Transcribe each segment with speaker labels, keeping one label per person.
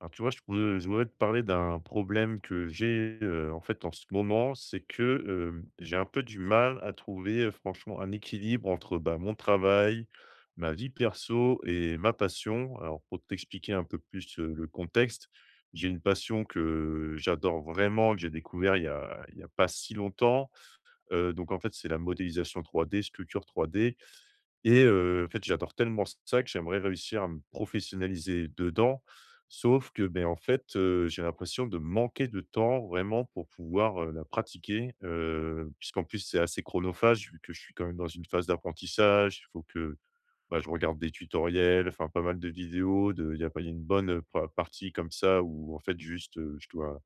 Speaker 1: Alors, tu vois, je voulais te parler d'un problème que j'ai en fait en ce moment, c'est que j'ai un peu du mal à trouver franchement un équilibre entre bah, mon travail, ma vie perso et ma passion. Alors, pour t'expliquer un peu plus le contexte, j'ai une passion que j'adore vraiment, que j'ai découvert il y a pas si longtemps. Donc, en fait, c'est la modélisation 3D, sculpture 3D. Et en fait, j'adore tellement ça que j'aimerais réussir à me professionnaliser dedans. Sauf que, ben, en fait, j'ai l'impression de manquer de temps vraiment pour pouvoir, la pratiquer, puisqu'en plus c'est assez chronophage vu que je suis quand même dans une phase d'apprentissage. Il faut que, bah, je regarde des tutoriels, enfin pas mal de vidéos de il y a pas il y a une bonne, pa partie comme ça où en fait juste, je dois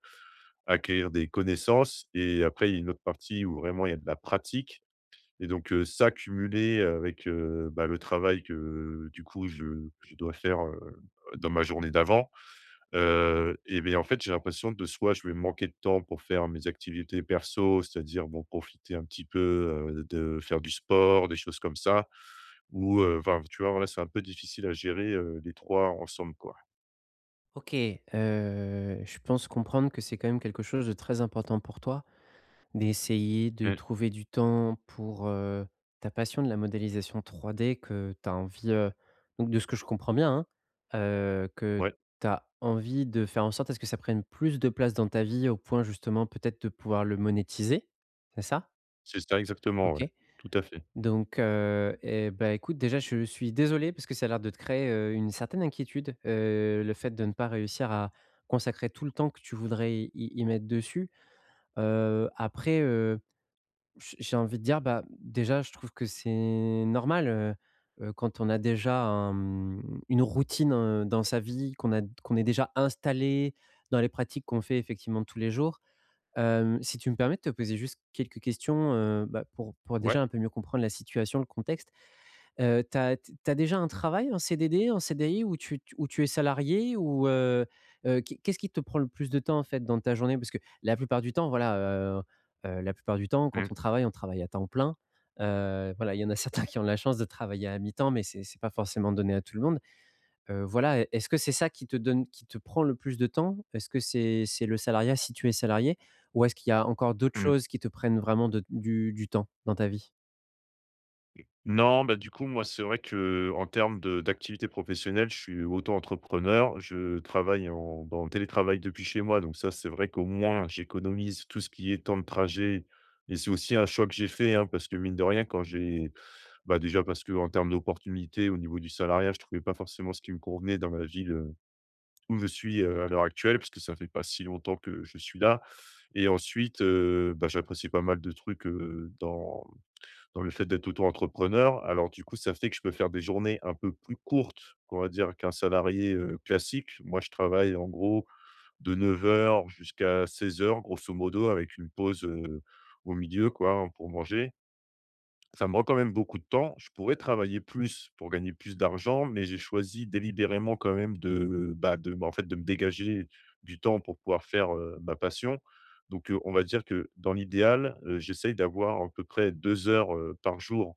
Speaker 1: acquérir des connaissances et après il y a une autre partie où vraiment il y a de la pratique. Et donc, ça cumulé avec, bah, le travail que du coup je dois faire, dans ma journée d'avant, et bien en fait, j'ai l'impression de soit je vais manquer de temps pour faire mes activités perso, c'est-à-dire, bon, profiter un petit peu, de faire du sport, des choses comme ça ou enfin, tu vois, voilà, c'est un peu difficile à gérer, les 3 ensemble, quoi.
Speaker 2: OK, je pense comprendre que c'est quand même quelque chose de très important pour toi, d'essayer de
Speaker 1: Mmh.
Speaker 2: trouver du temps pour, ta passion de la modélisation 3D que tu as envie, donc de ce que je comprends bien, hein, que
Speaker 1: Ouais,
Speaker 2: tu as envie de faire en sorte à ce que ça prenne plus de place dans ta vie au point justement peut-être de pouvoir le monétiser, c'est ça?
Speaker 1: c'est ça exactement, ouais,
Speaker 2: OK.
Speaker 1: tout à fait.
Speaker 2: Donc, et bah, écoute, déjà, je suis désolé parce que ça a l'air de te créer, une certaine inquiétude, le fait de ne pas réussir à consacrer tout le temps que tu voudrais y mettre dessus. Après, j'ai envie de dire, bah, déjà, je trouve que c'est normal, quand on a déjà une routine, dans sa vie, qu'on est déjà installé dans les pratiques qu'on fait effectivement tous les jours. Si tu me permets de te poser juste quelques questions, bah, pour
Speaker 1: Ouais.
Speaker 2: déjà un peu mieux comprendre la situation, le contexte. Tu as déjà un travail, un CDD, un CDI où tu es salarié ou, qu'est-ce qui te prend le plus de temps, en fait, dans ta journée? Parce que la plupart du temps, voilà, la plupart du temps,
Speaker 1: Mmh.
Speaker 2: quand on travaille à temps plein. Voilà, il y en a certains qui ont la chance de travailler à mi-temps, mais c'est pas forcément donné à tout le monde. Voilà, e est-ce que c'est ça qui te prend le plus de temps? Est-ce que c'est le salariat si tu es salarié? Ou est-ce qu'il y a encore d'autres
Speaker 1: Mmh.
Speaker 2: choses qui te prennent vraiment de du temps dans ta vie?
Speaker 1: Non, bah, du coup, moi, c'est vrai que en termes de d'activité professionnelle, je suis auto-entrepreneur. Je travaille en télétravail depuis chez moi, donc ça, c'est vrai qu'au moins, j'économise tout ce qui est temps de trajet et c'est aussi un choix que j'ai fait, hein, parce que mine de rien, quand j'ai bah, déjà parce que en termes d'opportunités au niveau du salariat, je trouvais pas forcément ce qui me convenait dans la ville, où je suis, à l'heure actuelle, parce que ça fait pas si longtemps que je suis là et ensuite, bah, j'apprécie pas mal de trucs, dans le fait d'être auto-entrepreneur, alors du coup, ça fait que je peux faire des journées un peu plus courtes, on va dire, qu'un salarié, classique. Moi, je travaille en gros de 9h jusqu'à 16h, grosso modo avec une pause, au milieu quoi, hein, pour manger. Ça me prend quand même beaucoup de temps. Je pourrais travailler plus pour gagner plus d'argent, mais j'ai choisi délibérément quand même de, bah, de, en fait, de me dégager du temps pour pouvoir faire, ma passion. Donc, on va dire que dans l'idéal, j'essaye d'avoir à peu près 2 heures, par jour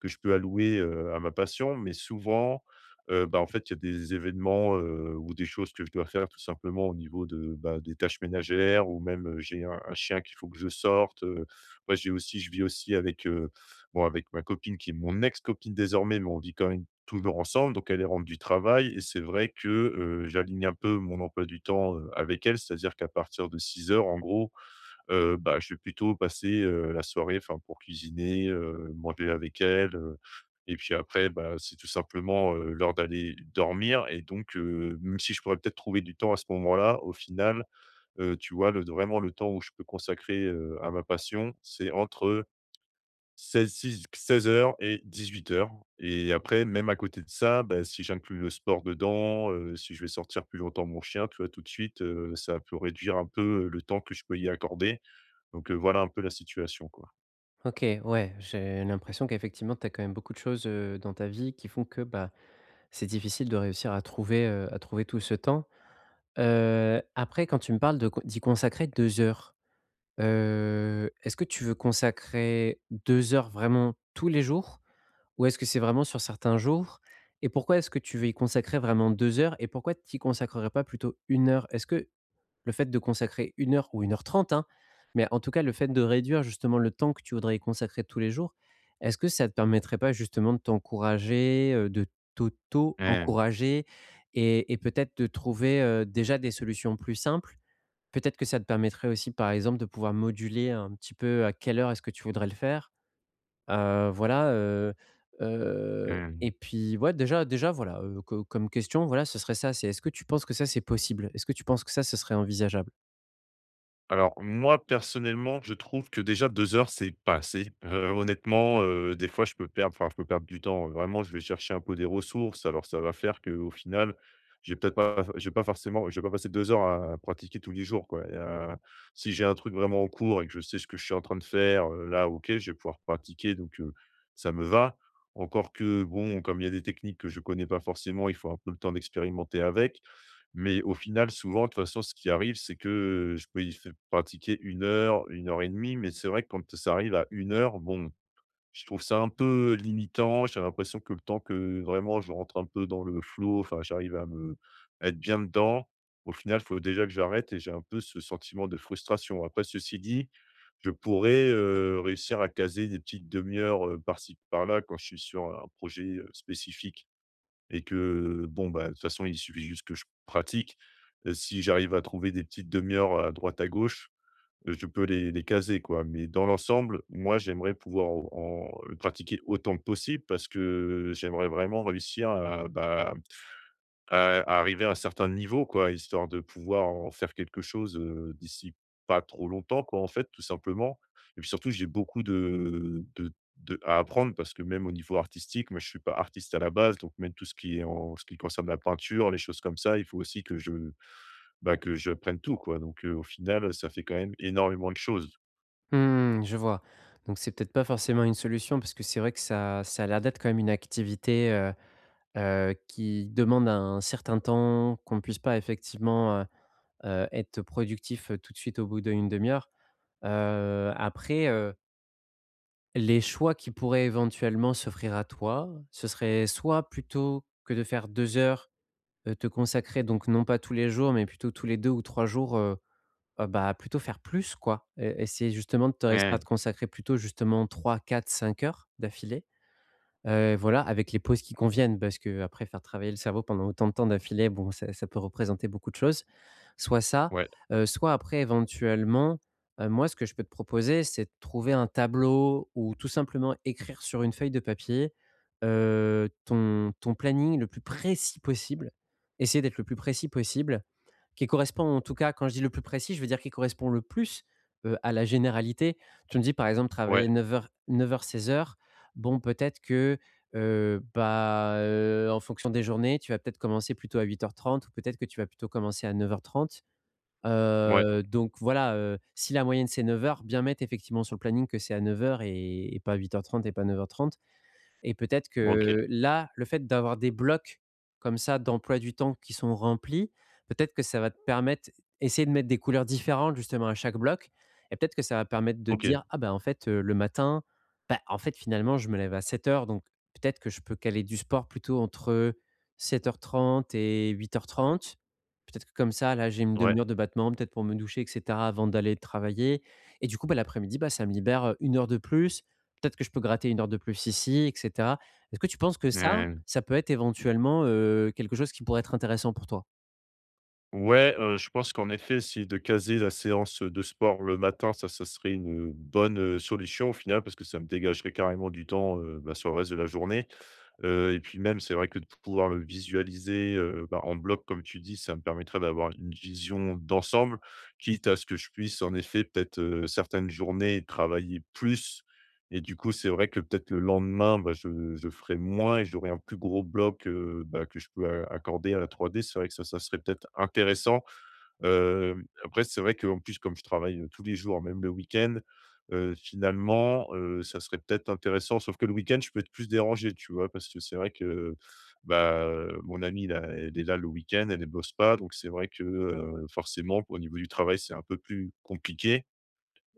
Speaker 1: que je peux allouer, à ma passion. Mais souvent, bah, en fait, il y a des événements, ou des choses que je dois faire tout simplement au niveau de, bah, des tâches ménagères ou même, j'ai un chien qu'il faut que je sorte. Ouais, j'ai aussi je vis aussi avec, bon, avec ma copine qui est mon ex-copine désormais, mais on vit quand même toujours ensemble, donc elle est rentre du travail et c'est vrai que, j'aligne un peu mon emploi du temps, avec elle. C'est-à-dire qu'à partir de 6h, en gros, bah, je vais plutôt passer, la soirée, enfin, pour cuisiner, manger avec elle, et puis après, bah, c'est tout simplement, l'heure d'aller dormir et donc même si je pourrais peut-être trouver du temps à ce moment-là, au final, tu vois, le temps où je peux consacrer, à ma passion, c'est entre 16 six 16:00 et 18h et après, même à côté de ça, bah, si j'inclus le sport dedans, si je vais sortir plus longtemps mon chien, tu vois? Tout de suite, ça peut réduire un peu, le temps que je peux y accorder donc voilà un peu la situation, quoi.
Speaker 2: OK, ouais, j'ai l'impression qu'effectivement, tu as quand même beaucoup de choses, dans ta vie qui font que, bah, c'est difficile de réussir à trouver tout ce temps. Après quand tu me parles de co d'y consacrer 2 heures, est-ce que tu veux consacrer 2 heures vraiment tous les jours? Ou est-ce que c'est vraiment sur certains jours? Et pourquoi est-ce que tu veux y consacrer vraiment 2 heures? Et pourquoi tu y consacrerais pas plutôt une heure? Est-ce que le fait de consacrer une heure ou une heure trente, hein, mais en tout cas le fait de réduire justement le temps que tu voudrais y consacrer tous les jours, est-ce que ça te permettrait pas justement de t'encourager, de
Speaker 1: Mmh.
Speaker 2: t'auto-encourager et peut-être de trouver, déjà des solutions plus simples? Peut-être que ça te permettrait aussi par exemple de pouvoir moduler un petit peu à quelle heure est-ce que tu voudrais le faire? Voilà,
Speaker 1: Mmh.
Speaker 2: et puis ouais déjà déjà voilà, co comme question voilà ce serait ça, c'est est-ce que tu penses que ça c'est possible? Est-ce que tu penses que ça, ce serait envisageable?
Speaker 1: Alors moi, personnellement, je trouve que déjà 2 heures, c'est pas assez. Honnêtement, des fois, je peux perdre du temps. Vraiment, je vais chercher un peu des ressources. Alors ça va faire qu'au final, j'ai peut-être pas je vais pas passer 2 heures à pratiquer tous les jours, quoi et si j'ai un truc vraiment en cours et que je sais ce que je suis en train de faire, là, OK, je vais pouvoir pratiquer donc ça me va. Encore que bon, comme il y a des techniques que je connais pas forcément, il faut un peu le temps d'expérimenter avec mais au final, souvent, de toute façon, ce qui arrive, c'est que je peux y faire pratiquer 1 heure, 1 heure et demie, mais c'est vrai que quand ça arrive à 1 heure, bon, je trouve ça un peu limitant. J'ai l'impression que le temps que vraiment je rentre un peu dans le flow, enfin, j'arrive à me à être bien dedans, au final, il faut déjà que j'arrête et j'ai un peu ce sentiment de frustration. Après, ceci dit, je pourrais, réussir à caser des petites demi heures, par-ci par-là quand je suis sur un projet, spécifique et que bon, bah, de toute façon, il suffit juste que je pratique. Si j'arrive à trouver des petites demi heures à droite, à gauche, je peux les caser, quoi. Mais dans l'ensemble, moi, j'aimerais pouvoir en pratiquer autant que possible parce que j'aimerais vraiment réussir à, bah, arriver à un certain niveau quoi, histoire de pouvoir en faire quelque chose, d'ici pas trop longtemps quoi, en fait, tout simplement. Et puis surtout, j'ai beaucoup de à apprendre parce que même au niveau artistique, moi je suis pas artiste à la base, donc même tout ce qui est en ce qui concerne la peinture, les choses comme ça, il faut aussi que je, bah, que je prenne tout quoi. Donc au final, ça fait quand même énormément de choses.
Speaker 2: Mmh, je vois. Donc c'est peut-être pas forcément une solution parce que c'est vrai que ça a l'air d'être quand même une activité, qui demande un certain temps, qu'on ne puisse pas effectivement, être productif, tout de suite au bout d'une demi-heure. Après, les choix qui pourraient éventuellement s'offrir à toi, ce serait soit plutôt que de faire 2 heures, te consacrer donc non pas tous les jours, mais plutôt tous les 2 ou 3 jours. Bah, plutôt faire plus quoi, et essayer justement de te réussir à
Speaker 1: Ouais,
Speaker 2: te consacrer plutôt justement trois quatre cinq heures d'affilée. Voilà, avec les pauses qui conviennent parce que après faire travailler le cerveau pendant autant de temps d'affilée, bon ça peut représenter beaucoup de choses. Soit ça,
Speaker 1: ouais,
Speaker 2: soit après éventuellement, moi ce que je peux te proposer, c'est de trouver un tableau ou tout simplement écrire sur une feuille de papier, ton planning le plus précis possible. Essayer d'être le plus précis possible, qui correspond en tout cas, quand je dis le plus précis, je veux dire qui correspond le plus, à la généralité. Tu me dis par exemple
Speaker 1: ouais,
Speaker 2: travailler neuf heures, 9 heures 16 heures. Bon peut-être que, bah, en fonction des journées, tu vas peut-être commencer plutôt à 8h30, ou peut-être que tu vas plutôt commencer à 9h30.
Speaker 1: ouais,
Speaker 2: Donc voilà, si la moyenne c'est neuf heures, bien mettre effectivement sur le planning que c'est à 9h et pas 8h30 et pas 9h30. Et peut-être
Speaker 1: OK,
Speaker 2: que là, le fait d'avoir des blocs comme ça d'emploi du temps qui sont remplis, peut-être que ça va te permettre essayer de mettre des couleurs différentes justement à chaque bloc et peut-être que ça va permettre de te
Speaker 1: OK,
Speaker 2: dire: «Ah ben en fait, le matin, bah, en fait, finalement, je me lève à 7h donc peut-être que je peux caler du sport plutôt entre 7h30 et 8h30». Peut-être que comme ça, là, j'ai une
Speaker 1: ouais,
Speaker 2: demi heure de battement, peut-être pour me doucher et cetera avant d'aller travailler et du coup, bah, l'après-midi, bah, ça me libère, 1 heure de plus. Peut-être que je peux gratter une heure de plus ici et cetera. Est-ce que tu penses que ça,
Speaker 1: ouais.
Speaker 2: ça peut être éventuellement, quelque chose qui pourrait être intéressant pour toi?
Speaker 1: Ouais, je pense qu'en effet, si de caser la séance, de sport le matin, ça serait une bonne, solution au final parce que ça me dégagerait carrément du temps, bah, sur le reste de la journée. Et puis même, c'est vrai que de pouvoir le visualiser, bah, en bloc comme tu dis, ça me permettrait d'avoir une vision d'ensemble, quitte à ce que je puisse en effet peut-être, certaines journées travailler plus et du coup, c'est vrai que peut-être le lendemain, bah, je ferai moins et j'aurai un plus gros bloc, bah, que je peux a accorder à la 3D. C'est vrai que ça serait peut-être intéressant. Après, c'est vrai qu'en plus, comme je travaille, tous les jours, même le week-end, finalement, ça serait peut-être intéressant, sauf que le week-end, je peux être plus dérangé, tu vois? Parce que c'est vrai que, bah, mon amie là, elle est là le week-end, elle, ne bosse pas, donc c'est vrai que, forcément, au niveau du travail, c'est un peu plus compliqué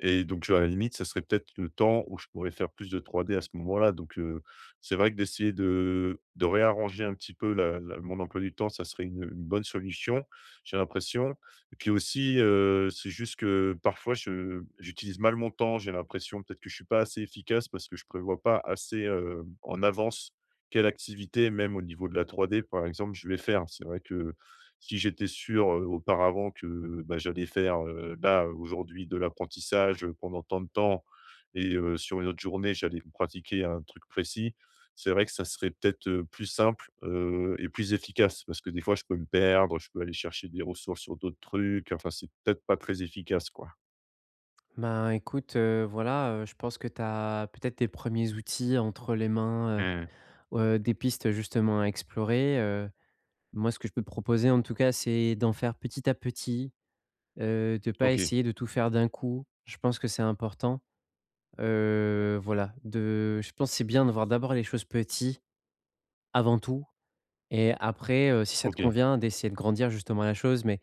Speaker 1: et donc, à la limite, ça serait peut-être le temps où je pourrais faire plus de 3D à ce moment-là. Donc, c'est vrai que d'essayer de réarranger un petit peu la la mon emploi du temps, ça serait une bonne solution, j'ai l'impression. Et puis aussi, c'est juste que parfois je j'utilise mal mon temps. J'ai l'impression peut-être que je suis pas assez efficace parce que je prévois pas assez, en avance quelle activité, même au niveau de la 3D, par exemple, je vais faire. C'est vrai que si j'étais sûr, auparavant que, bah, j'allais faire, là, aujourd'hui, de l'apprentissage, pendant tant de temps et sur une autre journée, j'allais pratiquer un truc précis, c'est vrai que ça serait peut-être, plus simple, et plus efficace parce que des fois, je peux me perdre, je peux aller chercher des ressources sur d'autres trucs, enfin, c'est peut-être pas très efficace, quoi.
Speaker 2: Ben, écoute, voilà, je pense que tu as peut-être des premiers outils entre les mains,
Speaker 1: Mmh.
Speaker 2: des pistes justement à explorer. Moi, ce que je peux te proposer en tout cas, c'est d'en faire petit à petit, de pas
Speaker 1: OK,
Speaker 2: essayer de tout faire d'un coup. Je pense que c'est important, voilà, de je pense que c'est bien de voir d'abord les choses petit, avant tout. Et après, si ça te
Speaker 1: OK.
Speaker 2: convient d'essayer de grandir justement la chose, mais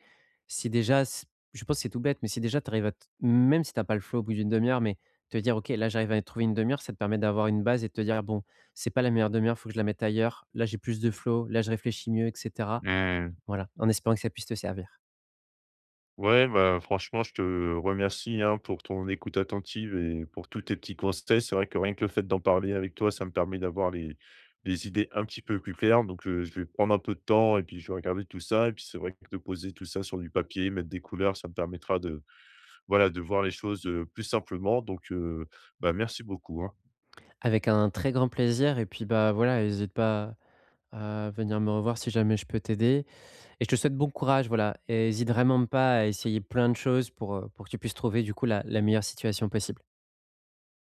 Speaker 2: si déjà s je pense que c'est tout bête, mais si déjà tu arrives à t même si tu as pas le flow au bout d'une demi heure, mais te dire: «OK, là j'arrive à trouver une demi heure», ça te permet d'avoir une base et de te dire: «Bon, c'est pas la meilleure demi heure, faut que je la mette ailleurs. Là j'ai plus de flow, là je réfléchis mieux» et cetera.
Speaker 1: Mmh.
Speaker 2: Voilà, en espérant que ça puisse te servir.
Speaker 1: Ouais, bah, franchement, je te remercie, hein, pour ton écoute attentive et pour tous tes petits conseils. C'est vrai que rien que le fait d'en parler avec toi, ça me permet d'avoir les idées un petit peu plus claires. Donc, je vais prendre un peu de temps et puis je vais regarder tout ça et puis c'est vrai que de poser tout ça sur du papier, mettre des couleurs, ça me permettra de, voilà, de voir les choses, plus simplement. Donc, bah, merci beaucoup, hein.
Speaker 2: Avec un très grand plaisir et puis, bah, voilà, n'hésite pas à venir me revoir si jamais je peux t'aider. Et je te souhaite bon courage, voilà. Et hésite vraiment pas à essayer plein de choses pour que tu puisses trouver du coup la meilleure situation possible.